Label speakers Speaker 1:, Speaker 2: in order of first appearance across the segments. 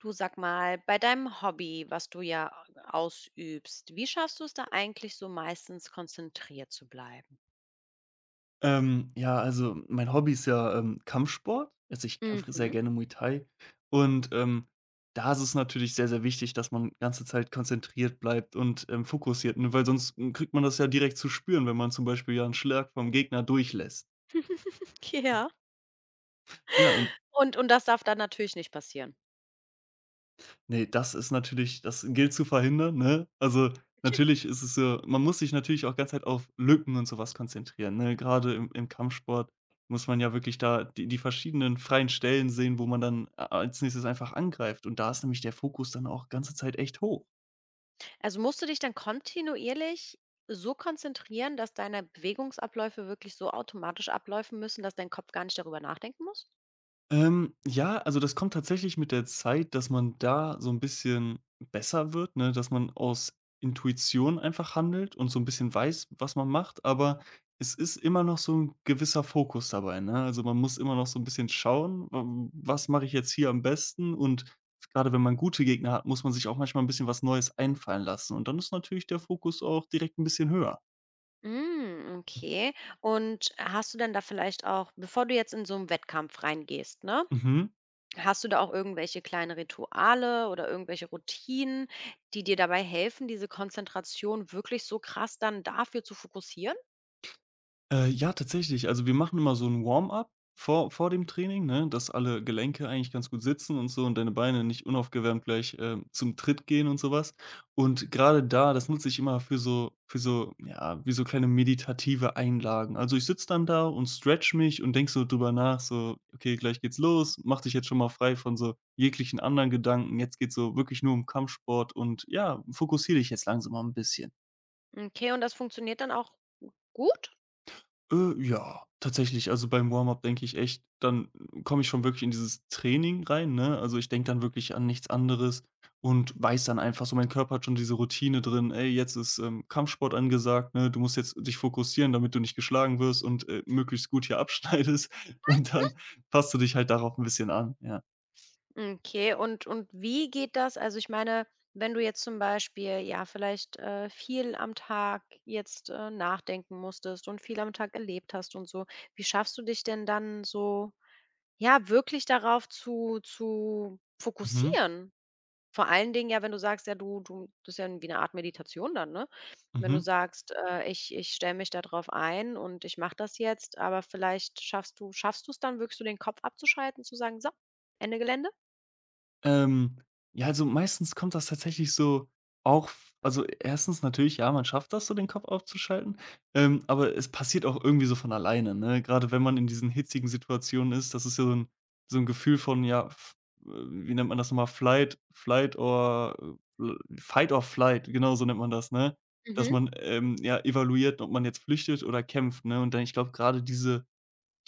Speaker 1: Du sag mal, bei deinem Hobby, was du ja ausübst, wie schaffst du es da eigentlich so meistens konzentriert zu bleiben?
Speaker 2: Ja, also mein Hobby ist ja, Kampfsport. Also, ich kämpfe sehr
Speaker 1: Mhm.
Speaker 2: gerne Muay Thai und, da ist es natürlich sehr, sehr wichtig, dass man ganze Zeit konzentriert bleibt und, fokussiert, ne, weil sonst, kriegt man das ja direkt zu spüren, wenn man zum Beispiel, ja, einen Schlag vom Gegner durchlässt.
Speaker 1: Ja.
Speaker 2: Ja, und
Speaker 1: Und das darf dann natürlich nicht passieren.
Speaker 2: Ne, das ist natürlich das gilt zu verhindern, ne? Also, natürlich ist es so, man muss sich natürlich auch ganze Zeit auf Lücken und so was konzentrieren, ne? Grade im Kampfsport muss man ja wirklich da die verschiedenen freien Stellen sehen, wo man dann a als Nächstes einfach angreift. Und da ist nämlich der Fokus dann auch ganze Zeit echt hoch.
Speaker 1: Also, musst du dich dann kontinuierlich so konzentrieren, dass deine Bewegungsabläufe wirklich so automatisch ablaufen müssen, dass dein Kopf gar nicht darüber nachdenken muss?
Speaker 2: Ja, also das kommt tatsächlich mit der Zeit, dass man da so ein bisschen besser wird, ne, dass man aus Intuition einfach handelt und so ein bisschen weiß, was man macht, aber es ist immer noch so ein gewisser Fokus dabei, ne? Also, man muss immer noch so ein bisschen schauen, w was mache ich jetzt hier am besten? Und gerade wenn man gute Gegner hat, muss man sich auch manchmal ein bisschen was Neues einfallen lassen und dann ist natürlich der Fokus auch direkt ein bisschen höher.
Speaker 1: Hm, okay. Und hast du denn da vielleicht auch bevor du jetzt in so 'n Wettkampf reingehst, ne?
Speaker 2: Mhm.
Speaker 1: Hast du da auch irgendwelche kleine Rituale oder irgendwelche Routinen, die dir dabei helfen, diese Konzentration wirklich so krass dann dafür zu fokussieren?
Speaker 2: Ja, tatsächlich. Also, wir machen immer so ein Warm-up vor dem Training, ne, dass alle Gelenke eigentlich ganz gut sitzen und so und deine Beine nicht unaufgewärmt gleich, zum Tritt gehen und so was. Und gerade da, das nutze ich immer für ja, wie so kleine meditative Einlagen. Also, ich sitze dann da und stretch mich und denk so drüber nach, so: „Okay, gleich geht's los. Mach dich jetzt schon mal frei von so jeglichen anderen Gedanken. Jetzt geht's so wirklich nur um Kampfsport und ja, fokussiere dich jetzt langsam mal ein bisschen.“
Speaker 1: Okay, und das funktioniert dann auch gut?
Speaker 2: Ja, tatsächlich. Also, beim Warm-up denke ich, echt dann komme ich schon wirklich in dieses Training rein, ne? Also, ich denke dann wirklich an nichts anderes und weiß dann einfach so, mein Körper hat schon diese Routine drin: „Ey, jetzt ist, Kampfsport angesagt, ne? Du musst jetzt dich fokussieren, damit du nicht geschlagen wirst und, möglichst gut hier abschneidest.“ Und dann passt du dich halt darauf ein bisschen an, ja.
Speaker 1: Okay, und wie geht das? Also, ich meine, wenn du jetzt zum Beispiel, ja, vielleicht, viel am Tag jetzt, nachdenken musstest und viel am Tag erlebt hast und so, wie schaffst du dich denn dann so, ja, wirklich darauf zu
Speaker 2: Mhm,
Speaker 1: fokussieren? Vor allen Dingen ja, wenn du sagst, ja, du das ist ja wie 'ne Art Meditation dann, ne? Wenn du
Speaker 2: mhm.
Speaker 1: sagst, „Ich stelle mich da drauf ein und ich mache das jetzt“, aber vielleicht schaffst du es dann wirklich so, den Kopf abzuschalten, zu sagen: „So, Ende Gelände?“
Speaker 2: Ähm, ja, also meistens kommt das tatsächlich so auch f also, erstens natürlich, ja, man schafft das so, den Kopf aufzuschalten, aber es passiert auch irgendwie so von alleine, ne? Gerade wenn man in diesen hitzigen Situationen ist, das ist ja so ein so 'n Gefühl von, ja, f äh, wie nennt man das nochmal, Flight Flight or Fight or Flight, genau so nennt man das, ne? Dass man, ja, evaluiert, ob man jetzt flüchtet oder kämpft, ne? Und dann, ich glaube, gerade diese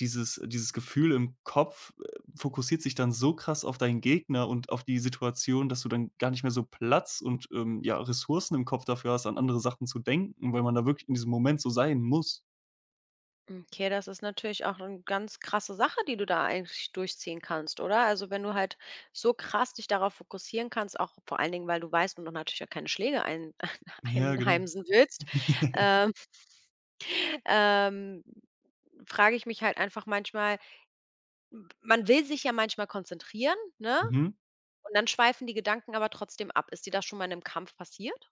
Speaker 2: dieses dieses Gefühl im Kopf, fokussiert sich dann so krass auf deinen Gegner und auf die Situation, dass du dann gar nicht mehr so Platz und, ja, Ressourcen im Kopf dafür hast, an andere Sachen zu denken, weil man da wirklich in diesem Moment so sein muss.
Speaker 1: Okay, das ist natürlich auch eine ganz krasse Sache, die du da eigentlich durchziehen kannst, oder? Also, wenn du halt so krass dich darauf fokussieren kannst, auch vor allen Dingen, weil du weißt und du natürlich auch keine Schläge ein
Speaker 2: Ja, genau.
Speaker 1: einheimsen willst, ähm, ähm, frage ich mich halt einfach manchmal m man will sich ja manchmal konzentrieren, ne?
Speaker 2: Mhm.
Speaker 1: Und dann schweifen die Gedanken aber trotzdem ab. Ist dir das schon mal in 'nem Kampf passiert?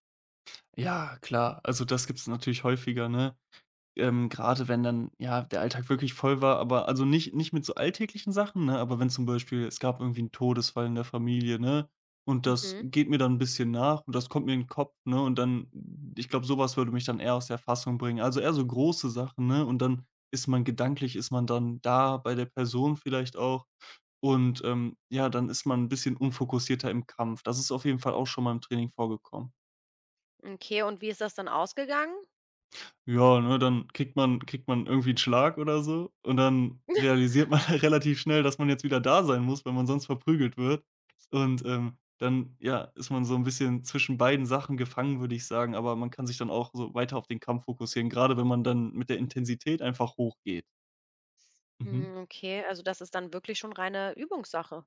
Speaker 2: Ja, klar, also das gibt es natürlich häufiger, ne? Grade wenn dann, ja, der Alltag wirklich voll war, aber also nicht mit so alltäglichen Sachen, ne, aber wenn zum Beispiel, es gab irgendwie 'n Todesfall in der Familie, ne, und das
Speaker 1: Mhm.
Speaker 2: geht mir dann ein bisschen nach und das kommt mir in den Kopf, ne, und dann ich glaube, sowas würde mich dann eher aus der Fassung bringen. Also eher so große Sachen, ne, und dann ist man gedanklich, ist man dann da bei der Person vielleicht auch und, ja, dann ist man ein bisschen unfokussierter im Kampf. Das ist auf jeden Fall auch schon mal im Training vorgekommen.
Speaker 1: Okay, und wie ist das dann ausgegangen?
Speaker 2: Ja, ne, dann kriegt man irgendwie 'n Schlag oder so und dann realisiert man halt relativ schnell, dass man jetzt wieder da sein muss, weil man sonst verprügelt wird. Und, dann, ja, ist man so 'n bisschen zwischen beiden Sachen gefangen, würde ich sagen, aber man kann sich dann auch so weiter auf den Kampf fokussieren, grade wenn man dann mit der Intensität einfach hochgeht. Mhm.
Speaker 1: Hm, okay, also das ist dann wirklich schon reine Übungssache.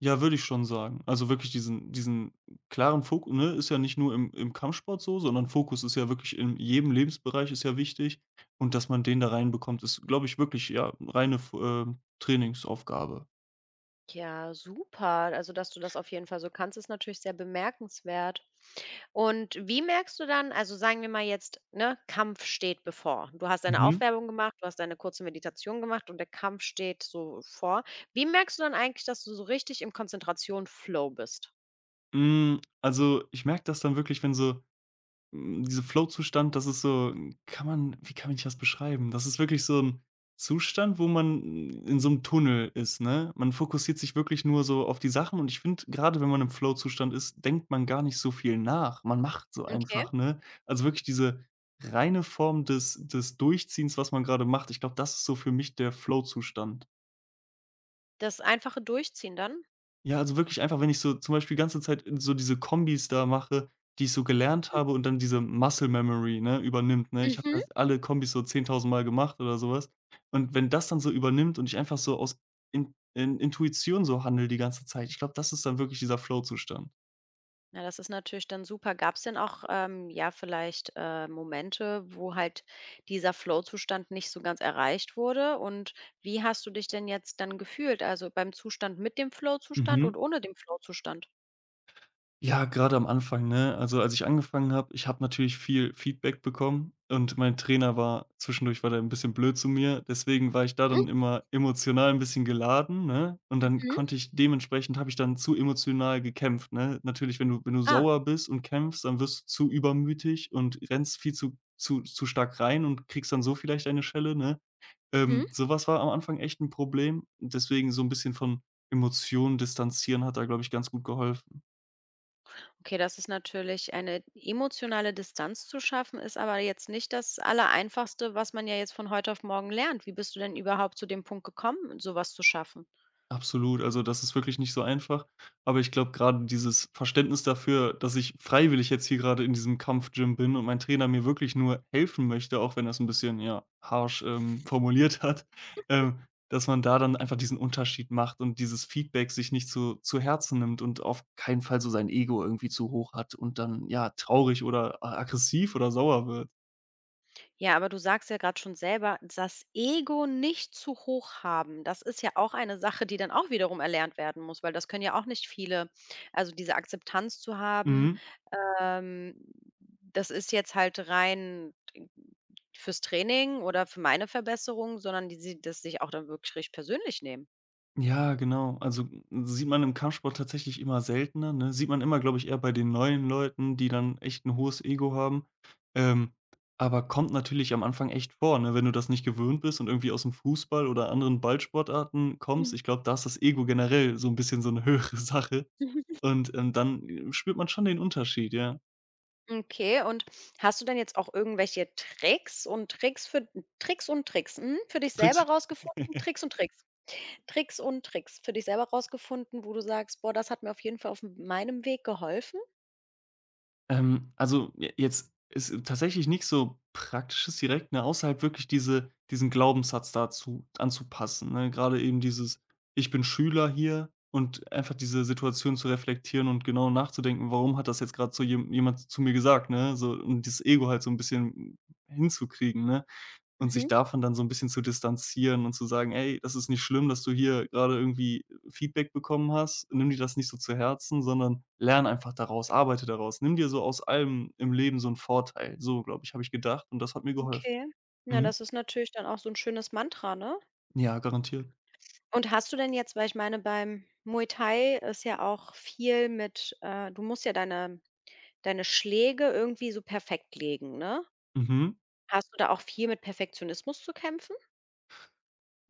Speaker 2: Ja, würde ich schon sagen. Also wirklich diesen klaren Fokus, ne, ist ja nicht nur im Kampfsport so, sondern Fokus ist ja wirklich in jedem Lebensbereich ist ja wichtig, und dass man den da reinbekommt, ist, glaube ich, wirklich, ja, reine f Trainingsaufgabe.
Speaker 1: Ja, super. Also, dass du das auf jeden Fall so kannst, ist natürlich sehr bemerkenswert. Und wie merkst du dann, also sagen wir mal jetzt, ne, Kampf steht bevor. Du hast deine
Speaker 2: Mhm.
Speaker 1: Aufwärmung gemacht, du hast deine kurze Meditation gemacht und der Kampf steht so vor. Wie merkst du dann eigentlich, dass du so richtig im Konzentration-Flow bist?
Speaker 2: Ich merke das dann wirklich, wenn so dieser Flow-Zustand, das ist so, kann man wie kann ich das beschreiben? Das ist wirklich so ein Zustand, wo man in so einem Tunnel ist, ne? Man fokussiert sich wirklich nur so auf die Sachen und ich finde, gerade wenn man im Flow-Zustand ist, denkt man gar nicht so viel nach. Man macht so
Speaker 1: Okay.
Speaker 2: einfach, ne? Also, wirklich diese reine Form des Durchziehens, was man gerade macht. Ich glaube, das ist so für mich der Flow-Zustand.
Speaker 1: Das einfache Durchziehen dann?
Speaker 2: Ja, also wirklich einfach, wenn ich so zum Beispiel die ganze Zeit so diese Kombis da mache, die ich so gelernt habe und dann diese Muscle Memory, ne, übernimmt, ne? Ich habe
Speaker 1: Mhm.
Speaker 2: das, alle Kombis, so 10.000 Mal gemacht oder sowas. Und wenn das dann so übernimmt und ich einfach so aus In Intuition so handle die ganze Zeit, ich glaube, das ist dann wirklich dieser Flow-Zustand.
Speaker 1: Ja, das ist natürlich dann super. Gab es denn auch, ja, vielleicht, Momente, wo halt dieser Flow-Zustand nicht so ganz erreicht wurde? Und wie hast du dich denn jetzt dann gefühlt? Also, beim Zustand mit dem Flow-Zustand und
Speaker 2: Mhm.
Speaker 1: ohne dem Flow-Zustand?
Speaker 2: Ja, gerade am Anfang, ne? Also, als ich angefangen habe, ich habe natürlich viel Feedback bekommen und mein Trainer war zwischendurch, war der ein bisschen blöd zu mir. Deswegen war ich da
Speaker 1: Hm?
Speaker 2: dann immer emotional ein bisschen geladen, ne? Und dann
Speaker 1: Mhm.
Speaker 2: konnte ich, dementsprechend habe ich dann zu emotional gekämpft, ne? Natürlich, wenn du wenn du
Speaker 1: Ah.
Speaker 2: sauer bist und kämpfst, dann wirst du zu übermütig und rennst viel zu stark rein und kriegst dann so vielleicht eine Schelle, ne?
Speaker 1: Mhm.
Speaker 2: So war am Anfang echt ein Problem. Deswegen, so ein bisschen von Emotionen distanzieren hat da, glaube ich, ganz gut geholfen.
Speaker 1: Okay, das ist natürlich eine emotionale Distanz zu schaffen, ist aber jetzt nicht das Allereinfachste, was man ja jetzt von heute auf morgen lernt. Wie bist du denn überhaupt zu dem Punkt gekommen, sowas zu schaffen?
Speaker 2: Absolut, also das ist wirklich nicht so einfach. Aber ich glaube, gerade dieses Verständnis dafür, dass ich freiwillig jetzt hier gerade in diesem Kampf-Gym bin und mein Trainer mir wirklich nur helfen möchte, auch wenn er es ein bisschen, ja, harsch, formuliert hat, ähm, dass man da dann einfach diesen Unterschied macht und dieses Feedback sich nicht zu Herzen nimmt und auf keinen Fall so sein Ego irgendwie zu hoch hat und dann, ja, traurig oder aggressiv oder sauer wird.
Speaker 1: Ja, aber du sagst ja gerade schon selber, das Ego nicht zu hoch haben. Das ist ja auch eine Sache, die dann auch wiederum erlernt werden muss, weil das können ja auch nicht viele. Also, diese Akzeptanz zu haben,
Speaker 2: Mhm.
Speaker 1: ähm, das ist jetzt halt rein fürs Training oder für meine Verbesserung, sondern die sie das sich auch dann wirklich richtig persönlich nehmen.
Speaker 2: Ja, genau. Also, sieht man im Kampfsport tatsächlich immer seltener, ne? Sieht man immer, glaube ich, eher bei den neuen Leuten, die dann echt ein hohes Ego haben. Ähm, aber kommt natürlich am Anfang echt vor, ne? Wenn du das nicht gewöhnt bist und irgendwie aus dem Fußball oder anderen Ballsportarten kommst,
Speaker 1: Mhm.
Speaker 2: ich glaube, da ist das Ego generell so ein bisschen so eine höhere Sache und, dann spürt man schon den Unterschied, ja.
Speaker 1: Okay, und hast du denn jetzt auch irgendwelche Tricks und Tricks für Tricks und Tricks, mhm, für dich selber
Speaker 2: Kriegst
Speaker 1: rausgefunden? Tricks und Tricks. Tricks und Tricks für dich selber rausgefunden, wo du sagst: „Boah, das hat mir auf jeden Fall auf m- meinem Weg geholfen?“
Speaker 2: Also, j jetzt ist tatsächlich nichts so Praktisches direkt, ne, außer halt wirklich diesen Glaubenssatz dazu anzupassen, ne? Gerade eben dieses: „Ich bin Schüler hier“ und einfach diese Situation zu reflektieren und genau nachzudenken: „Warum hat das jetzt gerade so jemand zu mir gesagt“, ne? So, und dieses Ego halt so ein bisschen hinzukriegen, ne? Und sich
Speaker 1: Mhm.
Speaker 2: davon dann so 'n bisschen zu distanzieren und zu sagen: „Ey, das ist nicht schlimm, dass du hier grade irgendwie Feedback bekommen hast. Nimm dir das nicht so zu Herzen, sondern lerne einfach daraus, arbeite daraus. Nimm dir so aus allem im Leben so 'n Vorteil.“ So, glaube ich, habe ich gedacht und das hat mir geholfen.
Speaker 1: Okay. Na,
Speaker 2: Mhm.
Speaker 1: das ist natürlich dann auch so ein schönes Mantra, ne?
Speaker 2: Ja, garantiert.
Speaker 1: Und hast du denn jetzt weil ich meine, beim Muay Thai ist ja auch viel mit, du musst ja deine Schläge irgendwie so perfekt legen, ne?
Speaker 2: Mhm.
Speaker 1: Hast du da auch viel mit Perfektionismus zu kämpfen?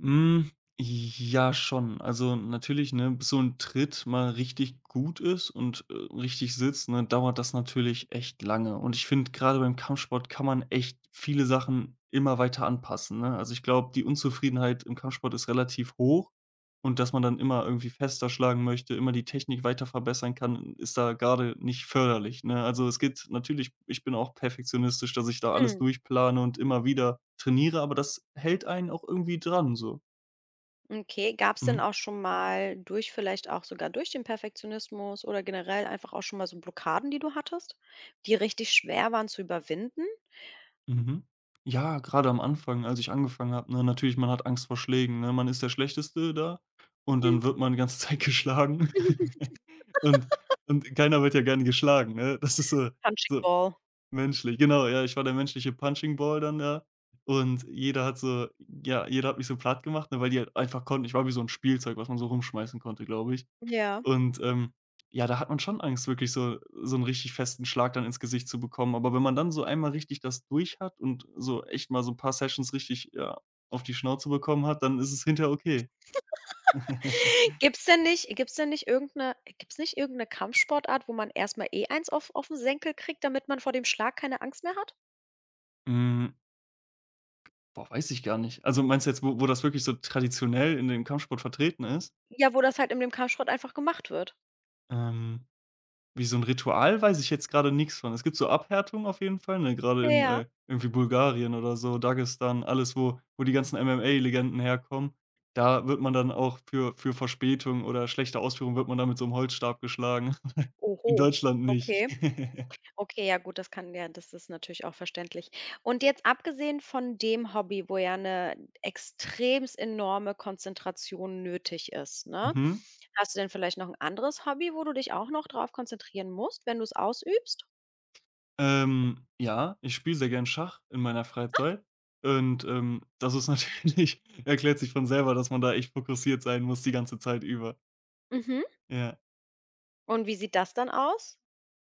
Speaker 2: Hm, ja schon. Also, natürlich, ne, bis so ein Tritt mal richtig gut ist und, richtig sitzt, ne, dauert das natürlich echt lange. Und ich finde, gerade beim Kampfsport kann man echt viele Sachen immer weiter anpassen, ne? Also, ich glaube, die Unzufriedenheit im Kampfsport ist relativ hoch und dass man dann immer irgendwie fester schlagen möchte, immer die Technik weiter verbessern kann, ist da gerade nicht förderlich, ne? Also, es geht natürlich, ich bin auch perfektionistisch, dass ich da alles durchplane und immer wieder trainiere, aber das hält einen auch irgendwie dran so.
Speaker 1: Okay, gab es denn
Speaker 2: Mhm.
Speaker 1: auch schon mal durch vielleicht auch sogar durch den Perfektionismus oder generell einfach auch schon mal so Blockaden, die du hattest, die richtig schwer waren zu überwinden?
Speaker 2: Mhm. Ja, gerade am Anfang, als ich angefangen habe, ne? Natürlich, man hat Angst vor Schlägen, ne? Man ist der Schlechteste da und
Speaker 1: Hm.
Speaker 2: dann wird man die ganze Zeit geschlagen. Und keiner wird ja gerne geschlagen, ne? Das ist so,
Speaker 1: Punching
Speaker 2: so
Speaker 1: Ball.
Speaker 2: menschlich. Genau, ja, ich war der menschliche Punching Ball dann da und jeder hat so, ja, jeder hat mich so platt gemacht, ne, weil die halt einfach konnten. Ich war wie so ein Spielzeug, was man so rumschmeißen konnte, glaube ich.
Speaker 1: Ja.
Speaker 2: Und, ja, da hat man schon Angst, wirklich so so einen richtig festen Schlag dann ins Gesicht zu bekommen. Aber wenn man dann so einmal richtig das durch hat und so echt mal so ein paar Sessions richtig, ja, auf die Schnauze bekommen hat, dann ist es hinterher okay.
Speaker 1: Gibt's denn nicht irgendeine? Gibt's nicht irgendeine Kampfsportart, wo man erst mal eh eins auf 'n Senkel kriegt, damit man vor dem Schlag keine Angst mehr hat?
Speaker 2: Hm, boah, weiß ich gar nicht. Also, meinst du jetzt, wo das wirklich so traditionell in dem Kampfsport vertreten ist?
Speaker 1: Ja, wo das halt in dem Kampfsport einfach gemacht wird.
Speaker 2: Ähm Wie so 'n Ritual weiß ich jetzt grade nix von. Es gibt so Abhärtungen auf jeden Fall, ne, grade in,
Speaker 1: Ja.
Speaker 2: irgendwie Bulgarien oder so, Dagestan, alles, wo die ganzen MMA-Legenden herkommen. Da wird man dann auch für Verspätung oder schlechte Ausführung wird man dann mit so 'm Holzstab geschlagen. In
Speaker 1: Oho,
Speaker 2: Deutschland nicht.
Speaker 1: okay. Okay, ja gut, das kann ja das ist natürlich auch verständlich. Und jetzt abgesehen von dem Hobby, wo ja eine extremst enorme Konzentration nötig ist, ne?
Speaker 2: Mhm.
Speaker 1: Hast du denn vielleicht noch ein anderes Hobby, wo du dich auch noch drauf konzentrieren musst, wenn du es ausübst?
Speaker 2: Ja, ich spiele sehr gern Schach in meiner Freizeit und, das ist natürlich erklärt sich von selber, dass man da echt fokussiert sein muss die ganze Zeit über.
Speaker 1: Mhm.
Speaker 2: Ja.
Speaker 1: Und wie sieht das dann aus?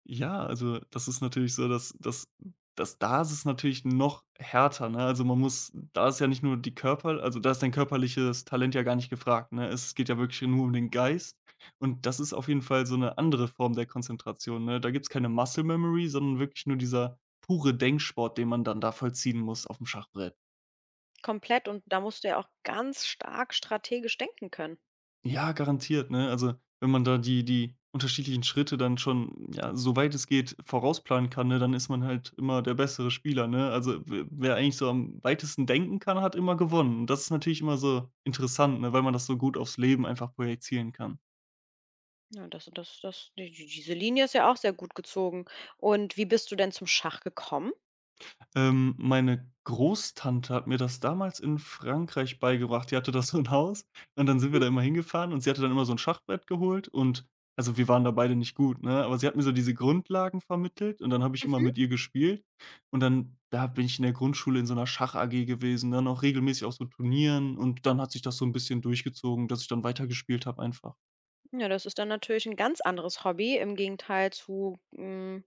Speaker 2: Ja, also das ist natürlich so, dass da ist es natürlich noch härter, ne? Also, man muss da ist ja nicht nur die Körper also, da ist dein körperliches Talent ja gar nicht gefragt, ne? Es geht ja wirklich nur um den Geist, und das ist auf jeden Fall so eine andere Form der Konzentration, ne? Da gibt's keine Muscle Memory, sondern wirklich nur dieser pure Denksport, den man dann da vollziehen muss auf dem Schachbrett.
Speaker 1: Komplett und da musst du ja auch ganz stark strategisch denken können.
Speaker 2: Ja, garantiert, ne? Also, wenn man da die unterschiedlichen Schritte dann schon, ja, soweit es geht, vorausplanen kann, ne, dann ist man halt immer der bessere Spieler, ne? Also, w wer eigentlich so am weitesten denken kann, hat immer gewonnen. Und das ist natürlich immer so interessant, ne, weil man das so gut aufs Leben einfach projizieren kann.
Speaker 1: Ja, das diese Linie ist ja auch sehr gut gezogen. Und wie bist du denn zum Schach gekommen?
Speaker 2: Meine Großtante hat mir das damals in Frankreich beigebracht. Die hatte da so 'n Haus und dann sind wir da immer hingefahren und sie hatte dann immer so 'n Schachbrett geholt und also, wir waren da beide nicht gut, ne, aber sie hat mir so diese Grundlagen vermittelt und dann habe ich immer
Speaker 1: Mhm.
Speaker 2: mit ihr gespielt und dann da bin ich in der Grundschule in so 'ner Schach-AG gewesen, dann auch regelmäßig auf so Turnieren, und dann hat sich das so 'n bisschen durchgezogen, dass ich dann weitergespielt habe einfach.
Speaker 1: Ja, das ist dann natürlich ein ganz anderes Hobby im Gegenteil zu, hm,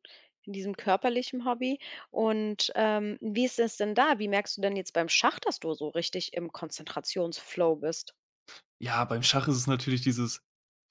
Speaker 1: diesem körperlichen Hobby. Und, wie ist es denn da? Wie merkst du denn jetzt beim Schach, dass du so richtig im Konzentrationsflow bist?
Speaker 2: Ja, beim Schach ist es natürlich dieses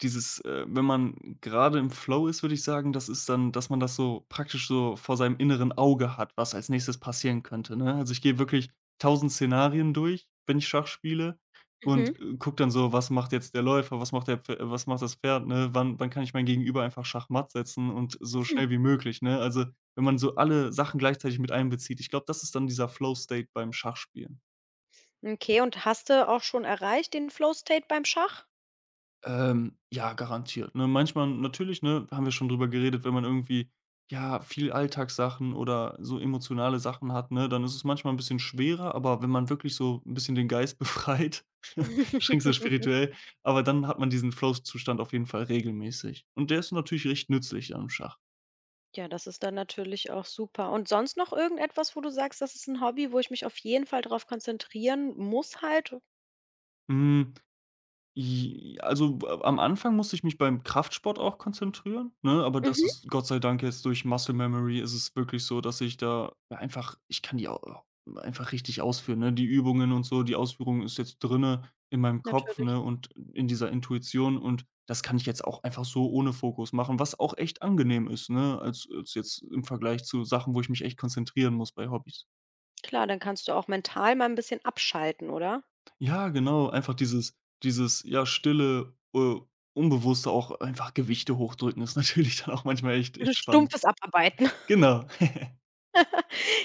Speaker 2: wenn man gerade im Flow ist, würde ich sagen, das ist dann, dass man das so praktisch so vor seinem inneren Auge hat, was als Nächstes passieren könnte, ne? Also, ich gehe wirklich tausend Szenarien durch, wenn ich Schach spiele
Speaker 1: Mhm.
Speaker 2: und, gucke dann so: „Was macht jetzt der Läufer? Was macht der Pf was macht das Pferd, ne? Wann kann ich mein Gegenüber einfach schachmatt setzen und so
Speaker 1: Hm.
Speaker 2: schnell wie möglich“, ne? Also, wenn man so alle Sachen gleichzeitig mit einbezieht, ich glaube, das ist dann dieser Flow State beim Schachspielen.
Speaker 1: Okay, und hast du auch schon erreicht den Flow State beim Schach?
Speaker 2: Ja, garantiert, ne? Manchmal natürlich, ne, haben wir schon drüber geredet, wenn man irgendwie, ja, viel Alltagssachen oder so emotionale Sachen hat, ne, dann ist es manchmal ein bisschen schwerer, aber wenn man wirklich so ein bisschen den Geist befreit, schränkst du spirituell, aber dann hat man diesen Flow-Zustand auf jeden Fall regelmäßig. Und der ist natürlich recht nützlich dann im Schach.
Speaker 1: Ja, das ist dann natürlich auch super. Und sonst noch irgendetwas, wo du sagst, das ist ein Hobby, wo ich mich auf jeden Fall drauf konzentrieren muss halt?
Speaker 2: Hm. J Also, a am Anfang musste ich mich beim Kraftsport auch konzentrieren, ne? Aber das
Speaker 1: Mhm.
Speaker 2: ist Gott sei Dank jetzt durch Muscle Memory ist es wirklich so, dass ich da einfach ich kann die au einfach richtig ausführen, ne? Die Übungen und so, die Ausführung ist jetzt drinne in meinem Kopf, ne,
Speaker 1: Natürlich.
Speaker 2: und in dieser Intuition, und das kann ich jetzt auch einfach so ohne Fokus machen, was auch echt angenehm ist, ne, als jetzt im Vergleich zu Sachen, wo ich mich echt konzentrieren muss bei Hobbys.
Speaker 1: Klar, dann kannst du auch mental mal ein bisschen abschalten, oder?
Speaker 2: Ja, genau, einfach dieses stille, unbewusste auch einfach Gewichte hochdrücken ist natürlich dann auch manchmal echt entspannend.
Speaker 1: Stumpfes Abarbeiten.
Speaker 2: Genau.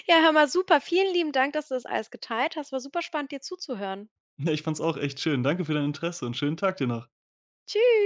Speaker 1: Ja, hör mal, super. Vielen lieben Dank, dass du das alles geteilt hast. War super spannend, dir zuzuhören.
Speaker 2: Ja, ich fand's auch echt schön. Danke für dein Interesse und schönen Tag dir noch.
Speaker 1: Tschüss.